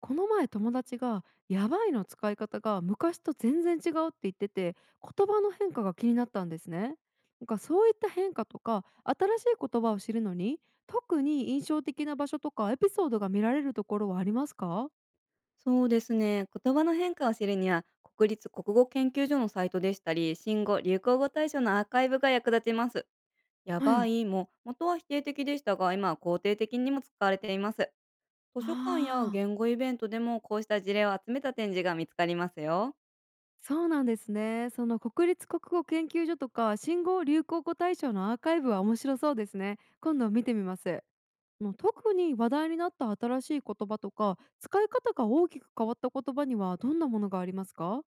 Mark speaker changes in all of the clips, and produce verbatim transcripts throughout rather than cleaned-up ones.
Speaker 1: この前友達が「やばい」の使い方が昔と全然違うって言ってて言葉の変化が気になったんですね。なんかそういった変化とか新しい言葉を知るのに特に印象的な場所とかエピソードが見られるところはありますか？
Speaker 2: そうですね。言葉の変化を知るには、国立国語研究所のサイトでしたり、新語・流行語大賞のアーカイブが役立ちます。や
Speaker 1: は
Speaker 2: ば
Speaker 1: い。
Speaker 2: いも元は否定的でしたが、今は肯定的にも使われています。図
Speaker 1: あ
Speaker 2: 書館や
Speaker 1: あ、
Speaker 2: 言語イベントでもこうした事例を集めた展示が見つかりますよ。
Speaker 1: そうなんですね。その国立国語研究所とか新語・流行語大賞のアーカイブは面白そうですね。今度見てみます。もう特に話題になった新しい言葉とか使い方が大きく変わった言葉にはどんなものがありますか？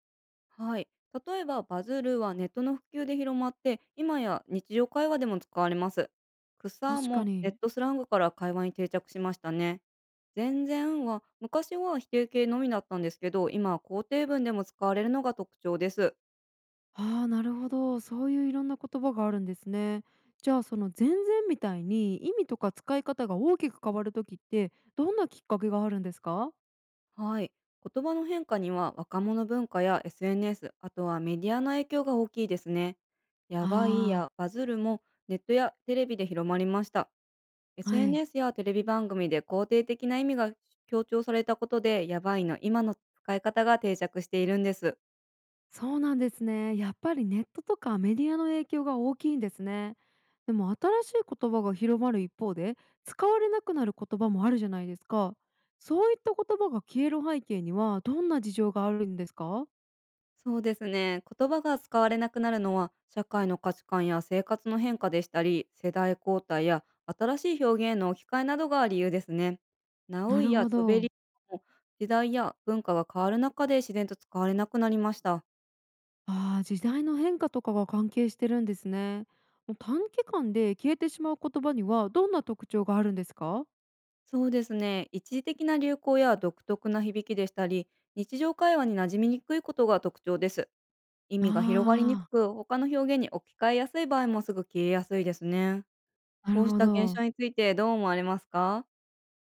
Speaker 2: はい。例えば、バズるはネットの普及で広まって、今や日常会話でも使われます。草
Speaker 1: 確か
Speaker 2: もネッ
Speaker 1: に。
Speaker 2: トスラングから会話に定着しましたね。全然は昔は否定形のみだったんですけど、今は肯定文でも使われるのが特徴です。
Speaker 1: ああ、なるほど。そういういろんな言葉があるんですね。じゃあその全然みたいに意味とか使い方が大きく変わる時ってどんなきっかけがあるんですか？
Speaker 2: はい。言葉の変化には若者文化や エスエヌエス、あとはメディアの影響が大きいですね。やばい
Speaker 1: ああ
Speaker 2: や
Speaker 1: ー。
Speaker 2: バズるもネットやテレビで広まりました。
Speaker 1: はい。
Speaker 2: エスエヌエス やテレビ番組で肯定的な意味が強調されたことで、やばいの今の使い方が定着しているんです。
Speaker 1: そうなんですね。やっぱりネットとかメディアの影響が大きいんですね。でも新しい言葉が広まる一方で使われなくなる言葉もあるじゃないですか。そういった言葉が消える背景にはどんな事情があるんですか？
Speaker 2: そうですね。言葉が使われなくなるのは、社会の価値観や生活の変化でしたり、世代交代や新しい表現の置き換えなどが理由ですね。ナ
Speaker 1: な
Speaker 2: ウイ
Speaker 1: る
Speaker 2: や
Speaker 1: ほ
Speaker 2: チョベ
Speaker 1: ど。
Speaker 2: リも時代や文化が変わる中で自然と使われなくなりました。
Speaker 1: ああ、時代の変化とかが関係してるんですね。もう短期間で消えてしまう言葉にはどんな特徴があるんですか？
Speaker 2: そうですね。一時的な流行や独特な響きでしたり、日常会話に馴染みにくいことが特徴です。意味が広がりにく
Speaker 1: ああ
Speaker 2: く、他の表現に置き換えやすい場合もすぐ消えやすいですね。
Speaker 1: ー、な
Speaker 2: こ
Speaker 1: る
Speaker 2: うし
Speaker 1: ほ
Speaker 2: た現象
Speaker 1: ど。
Speaker 2: についてどう思われますか？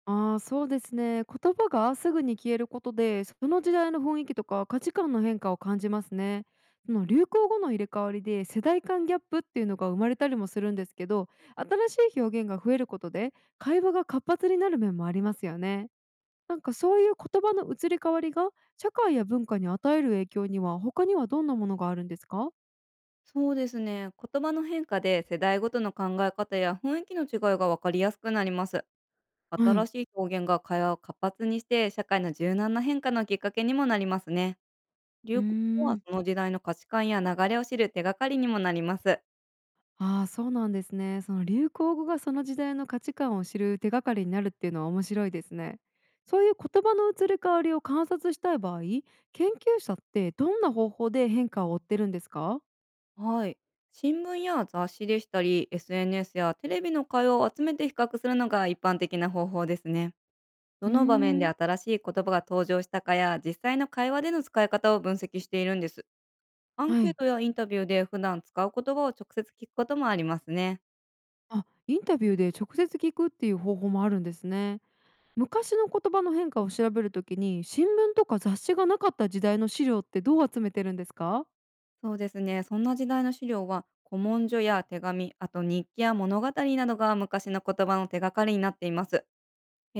Speaker 1: ああ、そうですね。言葉がすぐに消えることで、その時代の雰囲気とか価値観の変化を感じますね。その流行語の入れ替わりで世代間ギャップっていうのが生まれたりもするんですけど、新しい表現が増えることで会話が活発になる面もありますよね。なんかそういう言葉の移り変わりが社会や文化に与える影響には他にはどんなものがあるんですか？
Speaker 2: そうですね。言葉の変化で世代ごとの考え方や雰囲気の違いが分かりやすくなります。
Speaker 1: は
Speaker 2: 新
Speaker 1: い。
Speaker 2: しい表現が会話を活発にして、社会の柔軟な変化のきっかけにもなりますね。
Speaker 1: うー
Speaker 2: 流行語は
Speaker 1: ん。
Speaker 2: その時代の価値観や流れを知る手がかりにもなります。
Speaker 1: ああ、そうなんですね。その流行語がその時代の価値観を知る手がかりになるっていうのは面白いですね。そういう言葉の移り変わりを観察したい場合、研究者ってどんな方法で変化を追ってるんですか？
Speaker 2: はい。新聞や雑誌でしたり、エスエヌエス やテレビの会話を集めて比較するのが一般的な方法ですね。
Speaker 1: う
Speaker 2: ど
Speaker 1: ー
Speaker 2: の場面で
Speaker 1: ん。
Speaker 2: 新しい言葉が登場したかや、実際の会話での使い方を分析しているんです。アン
Speaker 1: は
Speaker 2: ケー
Speaker 1: い。
Speaker 2: トやインタビューで普段使う言葉を直接聞くこともありますね。
Speaker 1: あ、インタビューで直接聞くっていう方法もあるんですね。昔の言葉の変化を調べるときに、新聞とか雑誌がなかった時代の資料ってどう集めてるんですか？
Speaker 2: そうですね。そんな時代の資料は、古文書や手紙、あと日記や物語などが昔の言葉の手がかりになっています。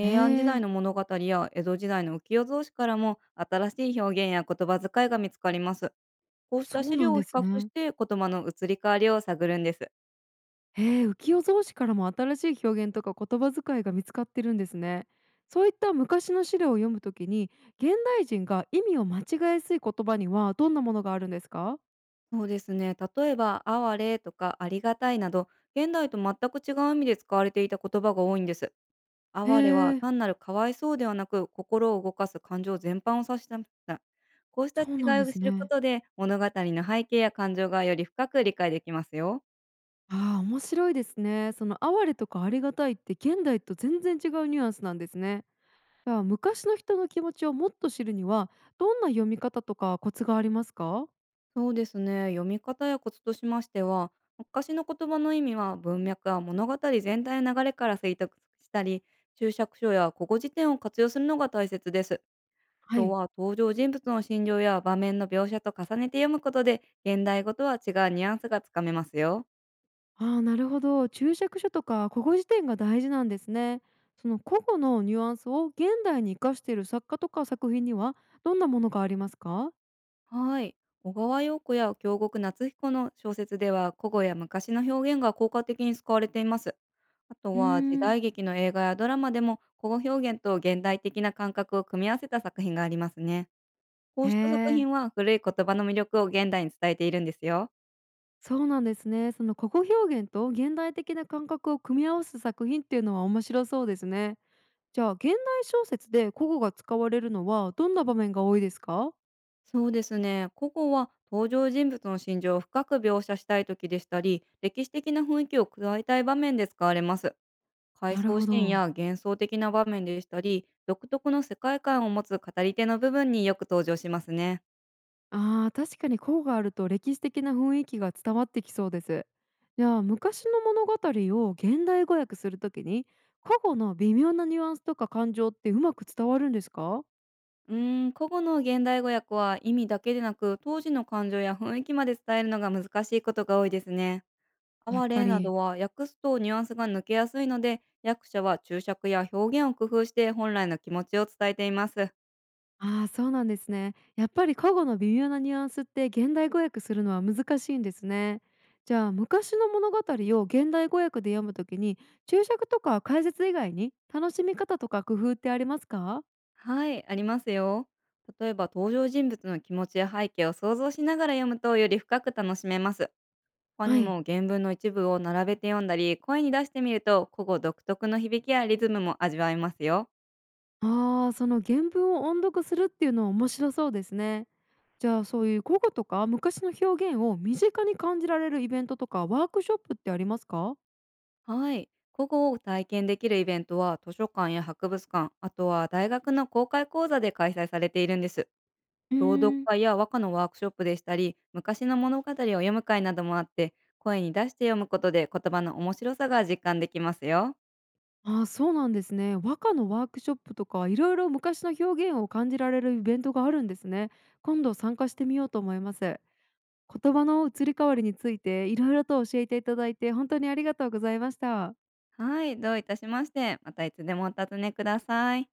Speaker 1: え
Speaker 2: 安時代
Speaker 1: ー、
Speaker 2: の物語や江戸時代の浮世草紙からも新しい表現や言葉遣いが見つかります。こうし
Speaker 1: そ
Speaker 2: た
Speaker 1: う
Speaker 2: 資
Speaker 1: なん
Speaker 2: 料を
Speaker 1: で
Speaker 2: 比
Speaker 1: す
Speaker 2: 較し
Speaker 1: ね。
Speaker 2: て言葉の移り変わりを探るんです。
Speaker 1: へえ、浮世草紙からも新しい表現とか言葉遣いが見つかってるんですね。そういった昔の資料を読むときに、現代人が意味を間違えやすい言葉にはどんなものがあるんですか？
Speaker 2: そうですね。例えば、哀れとかありがたいなど、現代と全く違う意味で使われていた言葉が多いんです。
Speaker 1: へ
Speaker 2: 哀れは
Speaker 1: え、
Speaker 2: 単なるかわいそうではなく、心を動かす感情全般を指したんだ。こうした
Speaker 1: そうなん
Speaker 2: 違い
Speaker 1: で
Speaker 2: を
Speaker 1: す
Speaker 2: 知るこ
Speaker 1: ね。
Speaker 2: とで、物語の背景や感情がより深く理解できますよ。
Speaker 1: ああ、面白いですね。その哀れとかありがたいって現代と全然違うニュアンスなんですね。じゃあ昔の人の気持ちをもっと知るには、どんな読み方とかコツがありますか？
Speaker 2: そうですね。読み方やコツとしましては、昔の言葉の意味は文脈や物語全体の流れから推測したり、注釈書や古語辞典を活用するのが大切です。
Speaker 1: は
Speaker 2: と
Speaker 1: い。
Speaker 2: は登場人物の心情や場面の描写と重ねて読むことで、現代語とは違うニュアンスがつかめますよ。
Speaker 1: ああ、なるほど。注釈書とか古語辞典が大事なんですね。その古語のニュアンスを現代に生かしている作家とか作品にはどんなものがありますか？
Speaker 2: はい。小川陽子や京極夏彦の小説では古語や昔の表現が効果的に使われています。あと
Speaker 1: うー
Speaker 2: は時
Speaker 1: ん。
Speaker 2: 代劇の映画やドラマでも、古語表現と現代的な感覚を組み合わせた作品がありますね。こ
Speaker 1: へ
Speaker 2: うした作
Speaker 1: え、
Speaker 2: 品は古い言葉の魅力を現代に伝えているんですよ。
Speaker 1: そうなんですね。その古語表現と現代的な感覚を組み合わせる作品っていうのは面白そうですね。じゃあ現代小説で古語が使われるのはどんな場面が多いですか？
Speaker 2: そうですね。古語は登場人物の心情を深く描写したい時でしたり、歴史的な雰囲気を加えたい場面で使われます。回
Speaker 1: なる
Speaker 2: 想
Speaker 1: ほ
Speaker 2: シーン
Speaker 1: ど。
Speaker 2: や幻想的な場面でしたり、独特の世界観を持つ語り手の部分によく登場しますね。
Speaker 1: ああ、確かに項があると歴史的な雰囲気が伝わってきそうです。じゃあ昔の物語を現代語訳するときに古語の微妙なニュアンスとか感情ってうまく伝わるんですか？
Speaker 2: うーん、古語の現代語訳は意味だけでなく、当時の感情や雰囲気まで伝えるのが難しいことが多いですね。
Speaker 1: やっ
Speaker 2: 哀
Speaker 1: ぱ
Speaker 2: れなど
Speaker 1: り。
Speaker 2: は訳すとニュアンスが抜けやすいので、役者は注釈や表現を工夫して本来の気持ちを伝えています。
Speaker 1: ああー、そうなんですね。やっぱり古語の微妙なニュアンスって現代語訳するのは難しいんですね。じゃあ昔の物語を現代語訳で読むときに注釈とか解説以外に楽しみ方とか工夫ってありますか？
Speaker 2: はい、ありますよ。例えば登場人物の気持ちや背景を想像しながら読むと、より深く楽しめます。他
Speaker 1: は
Speaker 2: に
Speaker 1: い。
Speaker 2: も原文の一部を並べて読んだり、声に出してみると古語独特の響きやリズムも味わえますよ。
Speaker 1: ああ、その原文を音読するっていうのは面白そうですね。じゃあそういう古語とか昔の表現を身近に感じられるイベントとかワークショップってありますか？
Speaker 2: はい、古語を体験できるイベントは図書館や博物館、あとは大学の公開講座で開催されているんです。
Speaker 1: うー
Speaker 2: 朗読
Speaker 1: ん。
Speaker 2: 会や和歌のワークショップでしたり、昔の物語を読む会などもあって、声に出して読むことで言葉の面白さが実感できますよ。
Speaker 1: ああ、そうなんですね。和歌のワークショップとかいろいろ昔の表現を感じられるイベントがあるんですね。今度参加してみようと思います。言葉の移り変わりについていろいろと教えていただいて本当にありがとうございました。
Speaker 2: はい、どういたしまして。またいつでもお尋ねください。